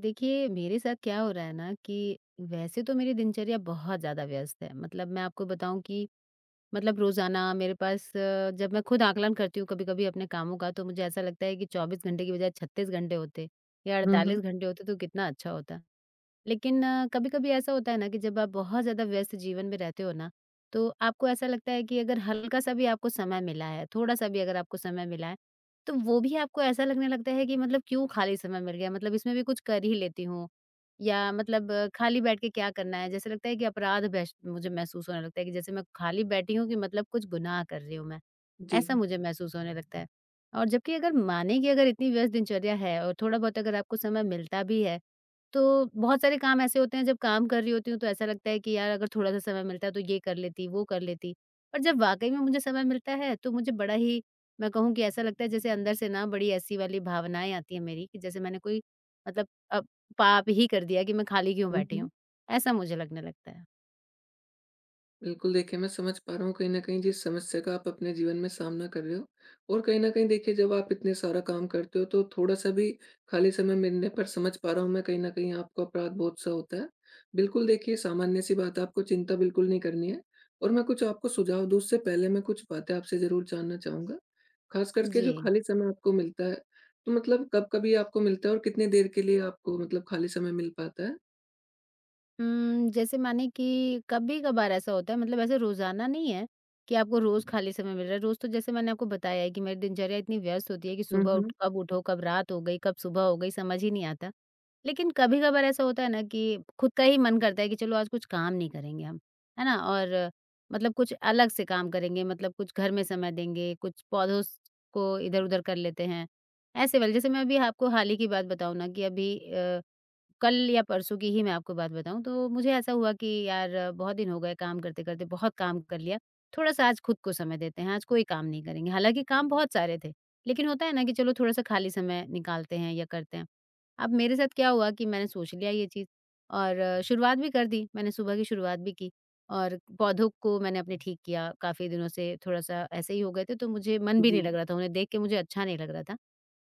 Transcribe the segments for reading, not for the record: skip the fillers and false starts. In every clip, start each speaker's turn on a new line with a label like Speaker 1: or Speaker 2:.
Speaker 1: देखिए, मेरे साथ क्या हो रहा है ना कि वैसे तो मेरी दिनचर्या बहुत ज़्यादा व्यस्त है। मतलब मैं आपको बताऊँ कि मतलब रोज़ाना मेरे पास जब मैं खुद आकलन करती हूँ कभी-कभी अपने कामों का, तो मुझे ऐसा लगता है कि 24 घंटे की बजाय 36 घंटे होते या
Speaker 2: हुँ, हुँ।
Speaker 1: 48 घंटे होते तो कितना अच्छा होता। लेकिन कभी-कभी ऐसा होता है ना कि जब आप बहुत ज़्यादा व्यस्त जीवन में रहते हो ना, तो आपको ऐसा लगता है कि अगर हल्का-सा भी आपको समय मिला है, थोड़ा-सा भी अगर आपको समय मिला है, तो वो भी आपको ऐसा लगने लगता है कि मतलब क्यों खाली समय मिल गया, मतलब इसमें भी कुछ कर ही लेती हूँ या मतलब खाली बैठ के क्या करना है? जैसे लगता है कि अपराध बेश मुझे महसूस होने लगता है कि जैसे मैं खाली बैठी हूँ कि मतलब कुछ गुनाह कर रही हूँ मैं, ऐसा मुझे महसूस होने लगता है। और जबकि अगर माने कि अगर इतनी व्यस्त दिनचर्या है और थोड़ा बहुत अगर आपको समय मिलता भी है, तो बहुत सारे काम ऐसे होते हैं जब काम कर रही होती हूँ तो ऐसा लगता है कि यार अगर थोड़ा-सा समय मिलता तो ये कर लेती, वो कर लेती। पर जब वाक़ई में मुझे समय मिलता है तो मुझे बड़ा ही मैं कहूँ कि ऐसा लगता है जैसे अंदर से ना बड़ी ऐसी वाली भावनाएँ आती हैं मेरी कि जैसे मैंने कोई मतलब अ, पाप ही कर दिया कि मैं खाली क्यों
Speaker 2: हुँ,
Speaker 1: बैठी
Speaker 2: हुँ।
Speaker 1: हूँ, ऐसा मुझे लगने लगता है।
Speaker 2: बिल्कुल, देखिए मैं समझ पा रहा हूँ कहीं न कहीं जिस समस्या का आप अपने जीवन में सामना कर रहे हो। और कहीं न कहीं देखिए जब आप इतने सारा काम करते हो तो थोड़ा-सा भी खाली समय मिलने पर समझ पा रहा हूँ मैं कहीं न कहीं आपको अपराध-बोध सा होता है। बिल्कुल, देखिए सामान्य-सी बात है, आपको चिंता बिल्कुल नहीं करनी है। और मैं कुछ आपको सुझाव दूँ उससे पहले मैं कुछ बातें आपसे ज़रूर जानना चाहूँगा। ख़ास करके
Speaker 1: जी।
Speaker 2: जो खाली समय आपको मिलता है, तो मतलब कब कभी आपको मिलता है और कितनी देर के लिए आपको मतलब खाली समय मिल पाता है?
Speaker 1: जैसे माने कि कभी-कभार ऐसा होता है मतलब ऐसे रोज़ाना नहीं है कि आपको रोज़ खाली समय मिल रहा है। रोज़ तो जैसे मैंने आपको बताया है कि मेरी दिनचर्या इतनी व्यस्त होती है कि
Speaker 2: हुँ,
Speaker 1: सुबह
Speaker 2: हुँ।
Speaker 1: उठ कब उठो, कब रात हो गई, कब सुबह हो गई, समझ ही नहीं आता। लेकिन कभी-कभार ऐसा होता है ना कि खुद का ही मन करता है कि चलो आज कुछ काम नहीं करेंगे हम, है ना? और मतलब कुछ अलग से काम करेंगे, मतलब कुछ घर में समय देंगे, कुछ पौधों स को इधर-उधर कर लेते हैं। ऐसे वाले जैसे मैं अभी आपको हाल ही की बात बताऊँ ना कि अभी कल या परसों की ही मैं आपको बात बताऊँ तो मुझे ऐसा हुआ कि यार बहुत दिन हो गए काम करते-करते बहुत काम कर लिया। थोड़ा-सा आज खुद को समय देते हैं, आज कोई काम नहीं करेंगे। हालाँकि काम बहुत सारे थे, लेकिन होता है ना कि चलो थोड़ा-सा खाली समय निकालते हैं या करते हैं। अब मेरे साथ क्या हुआ कि मैंने सोच लिया ये चीज़ और शुरुआत भी कर दी, मैंने सुबह की शुरुआत भी की और पौधों को मैंने अपने ठीक किया। काफ़ी दिनों से थोड़ा-सा ऐसे ही हो गए थे तो मुझे मन भी
Speaker 2: जी।
Speaker 1: नहीं लग रहा था, उन्हें देख के मुझे अच्छा नहीं लग रहा था।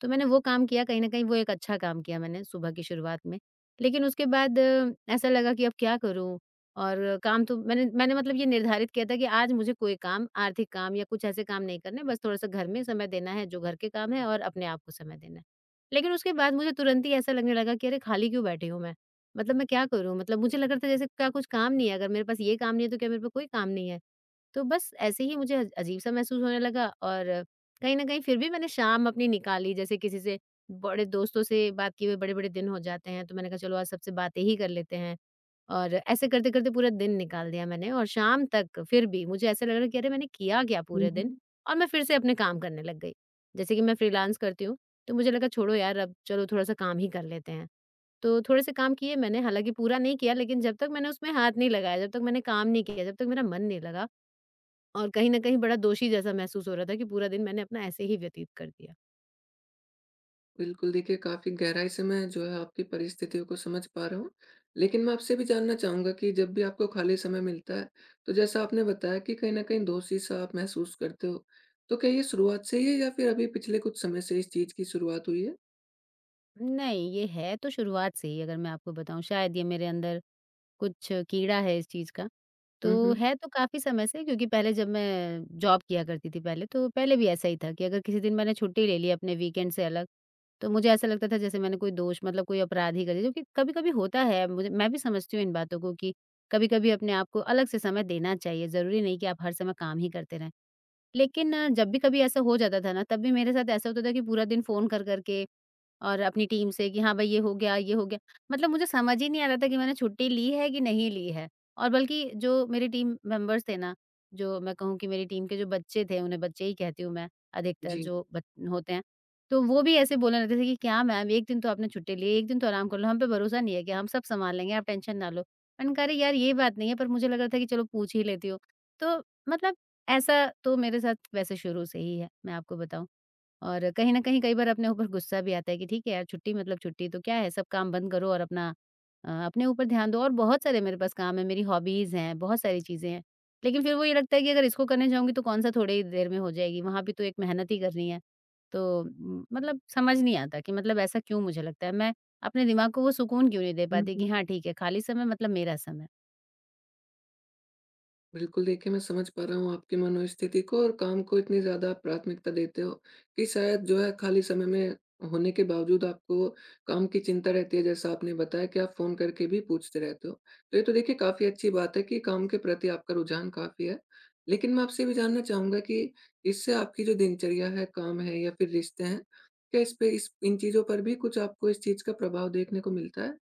Speaker 1: तो मैंने वो काम किया, कहीं न कहीं वो एक अच्छा काम किया मैंने सुबह की शुरुआत में। लेकिन उसके बाद ऐसा लगा कि अब क्या करूँ? और काम तो मैंने मैंने मतलब ये निर्धारित किया था कि आज मुझे कोई काम, आर्थिक काम या कुछ ऐसे काम नहीं करने, बस थोड़ा-सा घर में समय देना है, जो घर के काम है और अपने आप को समय देना है। लेकिन उसके बाद मुझे तुरंत ही ऐसा लगने लगा कि अरे! खाली क्यों बैठी हूँ मैं? मतलब मैं क्या करूँ? मतलब मुझे लग रहा था जैसे क्या कुछ काम नहीं है, अगर मेरे पास ये काम नहीं है, तो क्या मेरे पे कोई काम नहीं है? तो बस ऐसे ही मुझे अज अजीब-सा महसूस होने लगा और कहीं न कहीं फिर भी मैंने शाम अपनी निकाली, जैसे किसी से बड़े दोस्तों से बात किए हुए बड़े-बड़े दिन हो जाते हैं, तो मैंने कहा चलो आज सबसे बातें ही कर लेते हैं। और ऐसे करते-करते पूरा दिन निकाल दिया मैंने और शाम तक फिर भी मुझे ऐसा लग रहा है कि अरे मैंने किया क्या
Speaker 2: हुँ,
Speaker 1: पूरे दिन?
Speaker 2: हुँ।
Speaker 1: और मैं फिर से अपने काम करने लग गई। जैसे कि मैं फ्रीलांस करती हूँ, तो मुझे लगा छोड़ो यार अब चलो थोड़ा-सा काम ही कर लेते हैं। तो थोड़े से काम किए मैंने, हालाँकि पूरा नहीं किया लेकिन जब तक मैंने उसमें हाथ नहीं लगाया, जब तक मैंने काम नहीं किया, जब तक मेरा मन नहीं लगा और कहीं न कहीं बड़ा दोषी जैसा महसूस हो रहा था कि पूरा दिन मैंने अपना ऐसे ही व्यतीत कर दिया।
Speaker 2: बिल्कुल, देखिए काफ़ी गहराई से मैं जो है आपकी परिस्थितियों को समझ पा रहा हूँ। लेकिन मैं आपसे भी जानना चाहूँगा कि जब भी आपको खाली समय मिलता है, तो जैसा आपने बताया कि कहीं न कहीं दोषी-सा आप महसूस करते हो। तो क्या ये शुरुआत से ही है या फिर अभी पिछले कुछ समय से इस चीज़ की शुरुआत हुई है?
Speaker 1: नहीं, ये है तो शुरुआत से ही अगर मैं आपको बताऊँ शायद ये मेरे अंदर कुछ कीड़ा है इस चीज़ का।
Speaker 2: हुँ,
Speaker 1: तो
Speaker 2: हुँ।
Speaker 1: है तो काफ़ी समय से क्योंकि पहले जब मैं जॉब किया करती थी पहले तो पहले भी ऐसा ही था कि अगर किसी दिन मैंने छुट्टी ले ली अपने वीकेंड से अलग, तो मुझे ऐसा लगता था जैसे मैंने कोई दोष मतलब कोई अपराध ही कर दिया, जो कि कभी-कभी होता है मुझे, मैं भी समझती हूँ इन बातों को कि कभी-कभी अपने आप को अलग से समय देना चाहिए, ज़रूरी नहीं कि आप हर समय काम ही करते रहें। लेकिन जब भी कभी ऐसा हो जाता था ना, तब भी मेरे साथ ऐसा होता था कि पूरा दिन फ़ोन कर कर के और अपनी टीम से कि हाँ भाई ये हो गया, ये हो गया। मतलब मुझे समझ ही नहीं आ रहा था कि मैंने छुट्टी ली है कि नहीं ली है। और बल्कि जो मेरे टीम मेंबर्स थे ना, जो मैं कहूँ कि मेरी टीम के जो बच्चे थे, उन्हें बच्चे ही कहती हूँ मैं, अधिकतर
Speaker 2: जी।
Speaker 1: जो बच होते हैं, तो वो भी ऐसे बोलने लगते थे कि क्या मैम, 1 दिन तो आपने छुट्टी ली है, 1 दिन तो आराम कर लो, हम पे भरोसा नहीं है क्या? हम सब सँभाल लेंगे, आप टेंशन ना लो। मैंने कहा अरे यार ये बात नहीं है, पर मुझे लग रहा था कि चलो पूछ ही लेती हूँ। तो मतलब ऐसा तो मेरे साथ वैसे शुरू से ही है, मैं आपको बताऊँ। और कहीं न कहीं कई बार अपने ऊपर गुस्सा भी आता है कि ठीक है यार, छुट्टी मतलब छुट्टी तो क्या है, सब काम बंद करो और अपना अपने ऊपर ध्यान दो और बहुत सारे मेरे पास काम हैं, मेरी हॉबीज़ हैं, बहुत सारी चीज़ें हैं। लेकिन फिर वो ये लगता है कि अगर इसको करने जाऊँगी तो कौन-सा थोड़ी ही देर में हो जाएगी, वहाँ भी तो एक मेहनत ही करनी है। तो मतलब समझ नहीं आता कि मतलब ऐसा क्यों मुझे लगता है, मैं अपने दिमाग को वो सुकून क्यों नहीं दे पाती कि हाँ, ठीक है, खाली समय मतलब मेरा समय।
Speaker 2: बिल्कुल, देखिए मैं समझ पा रहा हूँ आपकी मनोस्थिति को। और काम को इतनी ज़्यादा आप प्राथमिकता देते हो कि शायद जो है खाली समय में होने के बावजूद आपको काम की चिंता रहती है, जैसा आपने बताया कि आप फ़ोन करके भी पूछते रहते हो। तो ये तो देखिए काफ़ी अच्छी बात है कि काम के प्रति आपका रुझान काफ़ी है। लेकिन मैं आपसे ये भी जानना चाहूँगा कि इससे आपकी जो दिनचर्या है, काम है या फिर रिश्ते हैं, क्या इस पे इस इन चीज़ों पर भी कुछ आपको इस चीज़ का प्रभाव देखने को मिलता है?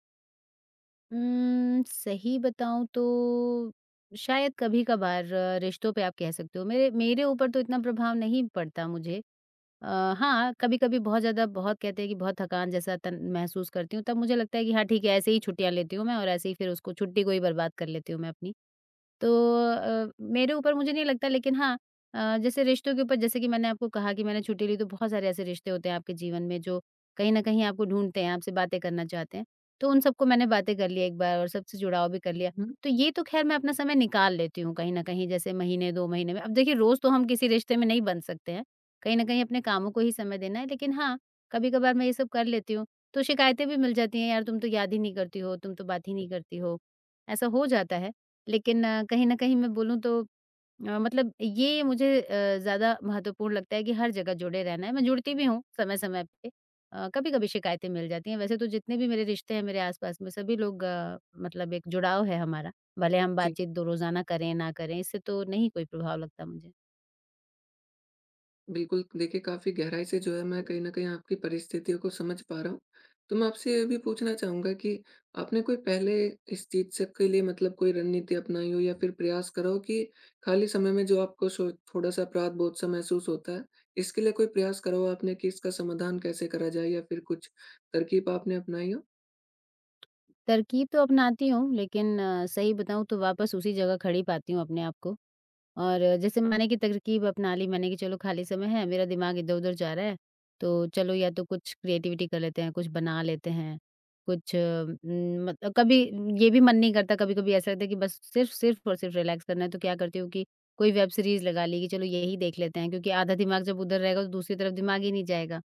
Speaker 1: सही बताऊँ तो शायद कभी-कभार रिश्तों पे आप कह सकते हो। मेरे मेरे ऊपर तो इतना प्रभाव नहीं पड़ता मुझे। अ, हाँ, कभी-कभी बहुत ज़्यादा बहुत कहते हैं कि बहुत थकान जैसा तन महसूस करती हूँ, तब मुझे लगता है कि हाँ ठीक है, ऐसे ही छुट्टियाँ लेती हूँ मैं और ऐसे ही फिर उसको छुट्टी को ही बर्बाद कर लेती हूँ मैं अपनी। तो मेरे ऊपर मुझे नहीं लगता, लेकिन हाँ जैसे रिश्तों के ऊपर जैसे कि मैंने आपको कहा कि मैंने छुट्टी ली, तो बहुत सारे ऐसे रिश्ते होते हैं आपके जीवन में जो कहीं न कहीं आपको ढूँढते हैं, आपसे बातें करना चाहते हैं। तो उन सबको मैंने बातें कर ली एक बार और सबसे जुड़ाव भी कर लिया।
Speaker 2: हुँ।
Speaker 1: तो ये तो ख़ैर मैं अपना समय निकाल लेती हूँ कहीं न कहीं जैसे महीने 2 महीने में। अब देखिए रोज़ तो हम किसी रिश्ते में नहीं बंध सकते हैं। कहीं न कहीं अपने कामों को ही समय देना है, लेकिन हाँ, कभी-कभार मैं ये सब कर लेती हूँ, तो शिकायतें भी मिल जाती हैं, "यार, तुम तो याद ही नहीं करती हो, तुम तो बात ही नहीं करती हो।" ऐसा हो जाता है, लेकिन कहीं न कहीं मैं बोलूँ तो मतलब ये मुझे ज़्यादा महत्वपूर्ण लगता है कि हर जगह जुड़े रहना है। मैं जुड़ती भी हूँ समय-समय पे। कभी-कभी शिकायतें मिल जाती हैं। वैसे तो जितने भी मेरे रिश्ते हैं मेरे आस-पास में, सभी लोग मतलब एक जुड़ाव है हमारा, भले हम
Speaker 2: जी।
Speaker 1: बातचीत दो रोज़ाना करें, ना करें, इससे तो नहीं कोई प्रभाव लगता मुझे।
Speaker 2: बिल्कुल, देखिए काफ़ी गहराई से जो है मैं कहीं न कहीं आपकी परिस्थितियों को समझ पा रहा हूँ। तो मैं आपसे ये भी पूछना चाहूँगा कि आपने कोई पहले इस चीज़ से के लिए मतलब कोई रणनीति अपनाई हो या फिर प्रयास करा हो कि खाली समय में जो आपको सो थोड़ा-सा अपराध-बोध सा महसूस होता है, इसके लिए कोई प्रयास करा हो आपने कि इसका समाधान कैसे करा जाए या फिर कुछ तरकीब आपने अपनाई हो?
Speaker 1: तरकीब तो अपनाती हूँ, लेकिन सही बताऊँ तो वापस उसी जगह खड़ी पाती हूँ अपने आप को और जैसे मैंने कि तरकीब अपना ली मैंने कि चलो खाली समय है, मेरा दिमाग इधर-उधर जा रहा है, तो चलो या तो कुछ क्रिएटिविटी कर लेते हैं, कुछ बना लेते हैं, कुछ मतलब कभी ये भी मन नहीं करता, कभी-कभी ऐसा लगता है कि बस सिर्फ सिर्फ और सिर्फ रिलैक्स करना है, तो क्या करती हूँ कि कोई वेब सीरीज़ लगा ली कि चलो यही देख लेते हैं क्योंकि आधा दिमाग जब उधर रहेगा तो दूसरी तरफ दिमाग ही नहीं जाएगा,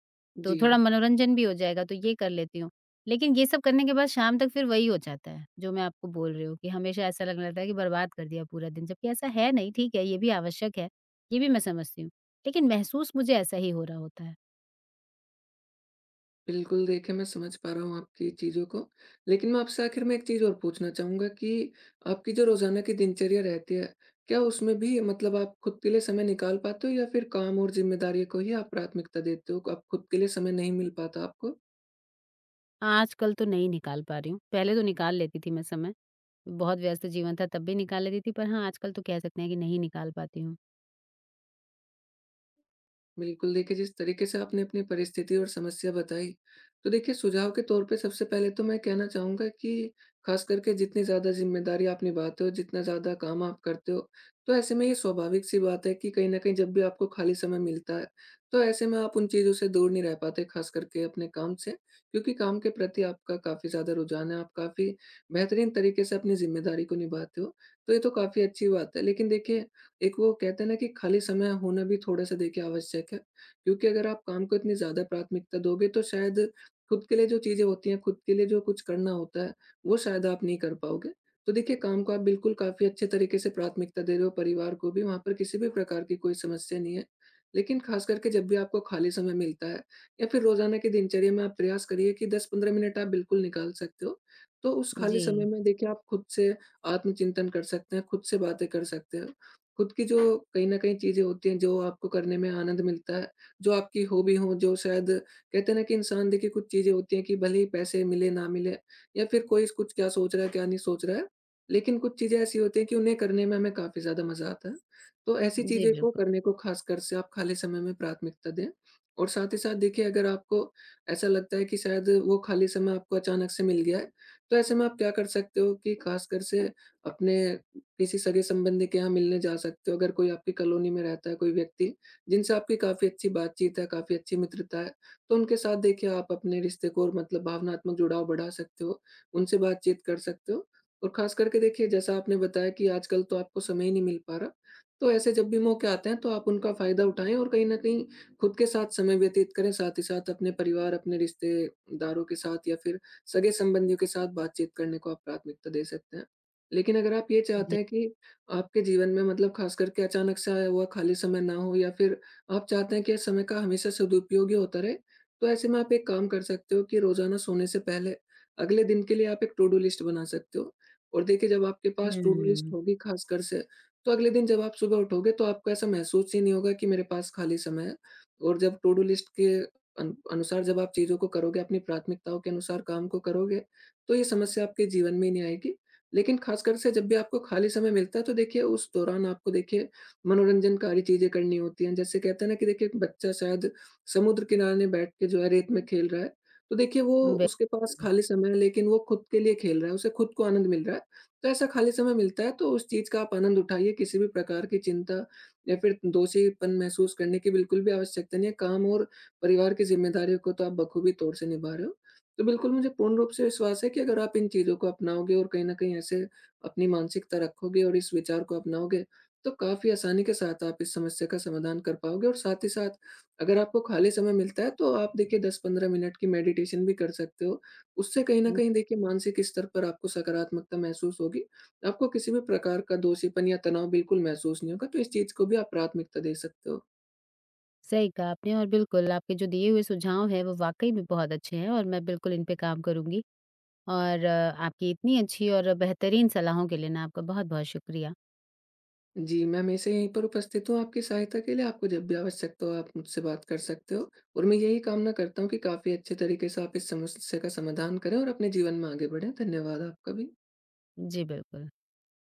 Speaker 1: तो
Speaker 2: जी।
Speaker 1: थोड़ा मनोरंजन भी हो जाएगा, तो ये कर लेती हूँ। लेकिन ये सब करने के बाद शाम तक फिर वही हो जाता है, जो मैं आपको बोल रही हूँ कि हमेशा ऐसा लगने लगता है कि बर्बाद कर दिया पूरा दिन, जबकि ऐसा है नहीं, ठीक है, ये भी आवश्यक है, ये भी मैं समझती हूँ। लेकिन महसूस मुझे ऐसा ही हो रहा होता है।
Speaker 2: बिल्कुल, देखिए मैं समझ पा रहा हूँ आपकी चीज़ों को। लेकिन मैं आपसे आखिर में एक चीज़ और पूछना चाहूँगा कि आपकी जो रोज़ाना की दिनचर्या रहती है, क्या उसमें भी मतलब आप खुद के लिए समय निकाल पाते हो या फिर काम और ज़िम्मेदारियों को ही आप प्राथमिकता देते हो? क आप खुद के लिए समय नहीं मिल पाता आपको?
Speaker 1: आजकल तो नहीं निकाल पा रही हूँ, पहले तो निकाल लेती थी मैं समय, बहुत व्यस्त जीवन था तब भी निकाल लेती थी, पर हाँ, आजकल तो कह सकते हैं कि नहीं निकाल पाती हूँ।
Speaker 2: बिल्कुल, देखिए जिस तरीके से आपने अपनी परिस्थिति और समस्या बताई, तो देखिए सुझाव के तौर पे सबसे पहले तो मैं कहना चाहूँगा कि ख़ास करके जितनी ज़्यादा ज़िम्मेदारी आप निभाते हो, जितना ज़्यादा काम आप करते हो, तो ऐसे में ये स्वाभाविक-सी बात है कि कहीं न कहीं जब भी आपको खाली समय मिलता है, तो ऐसे में आप उन चीज़ों से दूर नहीं रह पाते ख़ास करके अपने काम से, क्योंकि काम के प्रति आपका काफ़ी ज़्यादा रुझान है, आप काफ़ी बेहतरीन तरीके से अपनी ज़िम्मेदारी को निभाते हो, तो ये तो काफ़ी अच्छी बात है। लेकिन देखिए एक वो कहते हैं ना कि खाली समय होना भी थोड़ा-सा देखिए आवश्यक है, क्योंकि अगर आप काम को इतनी ज़्यादा प्राथमिकता दोगे तो शायद खुद के लिए जो चीज़ें होती हैं, खुद के लिए जो कुछ करना होता है, वो शायद आप नहीं कर पाओगे। तो देखिए काम को आप बिल्कुल काफ़ी अच्छे तरीके से प्राथमिकता दे रहे हो, परिवार को भी, वहाँ पर किसी भी प्रकार की कोई समस्या नहीं है। लेकिन खास करके जब भी आपको खाली समय मिलता है या फिर रोज़ाना की दिनचर्या में आप प्रयास करिए कि 10-15 मिनट आप बिल्कुल निकाल सकते हो। तो उस खाली समय
Speaker 1: जी,
Speaker 2: में देखिए आप खुद से आत्मचिंतन कर सकते हैं, खुद से बातें कर सकते हो। खुद की जो कहीं न कहीं चीज़ें होती हैं, जो आपको करने में आनंद मिलता है, जो आपकी हॉबी हो, जो शायद कहते हैं ना कि इंसान देखिए कुछ चीज़ें होती हैं कि भले ही पैसे मिले, ना मिले या फिर कोई स कुछ क्या सोच रहा है, क्या नहीं सोच रहा है। लेकिन कुछ चीज़ें ऐसी होती हैं कि उन्हें करने में हमें काफ़ी ज़्यादा मज़ा आता है। तो ऐसी
Speaker 1: जी,
Speaker 2: चीज़ें को
Speaker 1: बिल्कुल।
Speaker 2: करने को खासकर से आप खाली समय में प्राथमिकता दें। और साथ ही साथ देखिए अगर आपको ऐसा लगता है कि शायद वो खाली समय आपको अचानक से मिल गया है, तो ऐसे में आप क्या कर सकते हो कि खासकर से अपने किसी सगे संबंधी के यहाँ मिलने जा सकते हो, अगर कोई आपकी कॉलोनी में रहता है कोई व्यक्ति, जिनसे आपकी काफ़ी अच्छी बातचीत है, काफ़ी अच्छी मित्रता है, तो उनके साथ देखिए आप अपने रिश्ते को और मतलब भावनात्मक जुड़ाव बढ़ा सकते हो, उनसे बातचीत कर सकते हो। और ख़ास करके देखिए जैसा आपने बताया कि आजकल तो आपको समय ही नहीं मिल पा रहा, तो ऐसे जब भी मौके आते हैं तो आप उनका फ़ायदा उठाएँ और कहीं न कहीं खुद के साथ समय व्यतीत करें, साथ ही साथ अपने परिवार, अपने रिश्तेदारों के साथ या फिर सगे संबंधियों के साथ बातचीत करने को आप प्राथमिकता दे सकते हैं। लेकिन अगर आप ये चाहते
Speaker 1: जी,
Speaker 2: हैं कि आपके जीवन में मतलब खास करके अचानक से आया हुआ खाली समय ना हो या फिर आप चाहते हैं कि इस समय का हमेशा सदुपयोग ही होता रहे, तो ऐसे में आप एक काम कर सकते हो कि रोज़ाना सोने से पहले अगले दिन के लिए आप एक टू डू लिस्ट बना सकते हो। और देखिए जब आपके पास टू डू लिस्ट
Speaker 1: हुँ,
Speaker 2: होगी खासकर से, तो अगले दिन जब आप सुबह उठोगे तो आपको ऐसा महसूस ही नहीं होगा कि मेरे पास खाली समय है। और जब टू डू लिस्ट के अन अनुसार जब आप चीज़ों को करोगे, अपनी प्राथमिकताओं के अनुसार काम को करोगे, तो ये समस्या आपके जीवन में ही नहीं आएगी। लेकिन खासकर से जब भी आपको खाली समय मिलता है तो देखिए उस दौरान आपको देखिए मनोरंजनकारी चीज़ें करनी होती हैं। जैसे कहते हैं ना कि देखिए बच्चा शायद समुद्र किनारे बैठ के जो है रेत में खेल रहा है, तो देखिए वो उसके पास
Speaker 1: बिल्कुल।
Speaker 2: खाली समय है लेकिन वो खुद के लिए खेल रहा है, उसे खुद को आनंद मिल रहा है। तो ऐसा खाली समय मिलता है तो उस चीज़ का आप आनंद उठाइए, किसी भी प्रकार की चिंता या फिर दोषीपन महसूस करने की बिल्कुल भी आवश्यकता नहीं है। काम और परिवार की ज़िम्मेदारियों को तो आप बखूबी तौर से निभा रहे हो। तो बिल्कुल मुझे पूर्ण रूप से विश्वास है कि अगर आप इन चीज़ों को अपनाओगे और कहीं न कहीं ऐसे अपनी मानसिकता रखोगे और इस विचार को अपनाओगे, तो काफ़ी आसानी के साथ आप इस समस्या का समाधान कर पाओगे और साथ ही साथ अगर आपको खाली समय मिलता है तो आप देखिए 10-15 मिनट की मेडिटेशन भी कर सकते हो। उससे कहीं न
Speaker 1: हुँ,
Speaker 2: कहीं देखिए मानसिक स्तर पर आपको सकारात्मकता महसूस होगी। आपको किसी भी प्रकार का दोषीपन या तनाव बिल्कुल महसूस नहीं होगा, तो इस चीज़ को भी आप प्राथमिकता दे सकते हो।
Speaker 1: सही कहा आपने और बिल्कुल आपके जो दिए हुए सुझाव हैं, वो वाक़ई में बहुत अच्छे हैं और मैं बिल्कुल इन पे काम करूँगी। और आपकी इतनी अच्छी और बेहतरीन सलाहों के लिए ना आपका बहुत-बहुत शुक्रिया।
Speaker 2: जी, मैं हमेशा यहीं पर उपस्थित हूँ आपकी सहायता के लिए, आपको जब भी आवश्यकता हो आप मुझसे बात कर सकते हो। और मैं यही कामना करता हूँ कि काफ़ी अच्छे तरीके से आप इस समस्या का समाधान करें और अपने जीवन में आगे बढ़ें। धन्यवाद आपका भी।
Speaker 1: जी, बिल्कुल।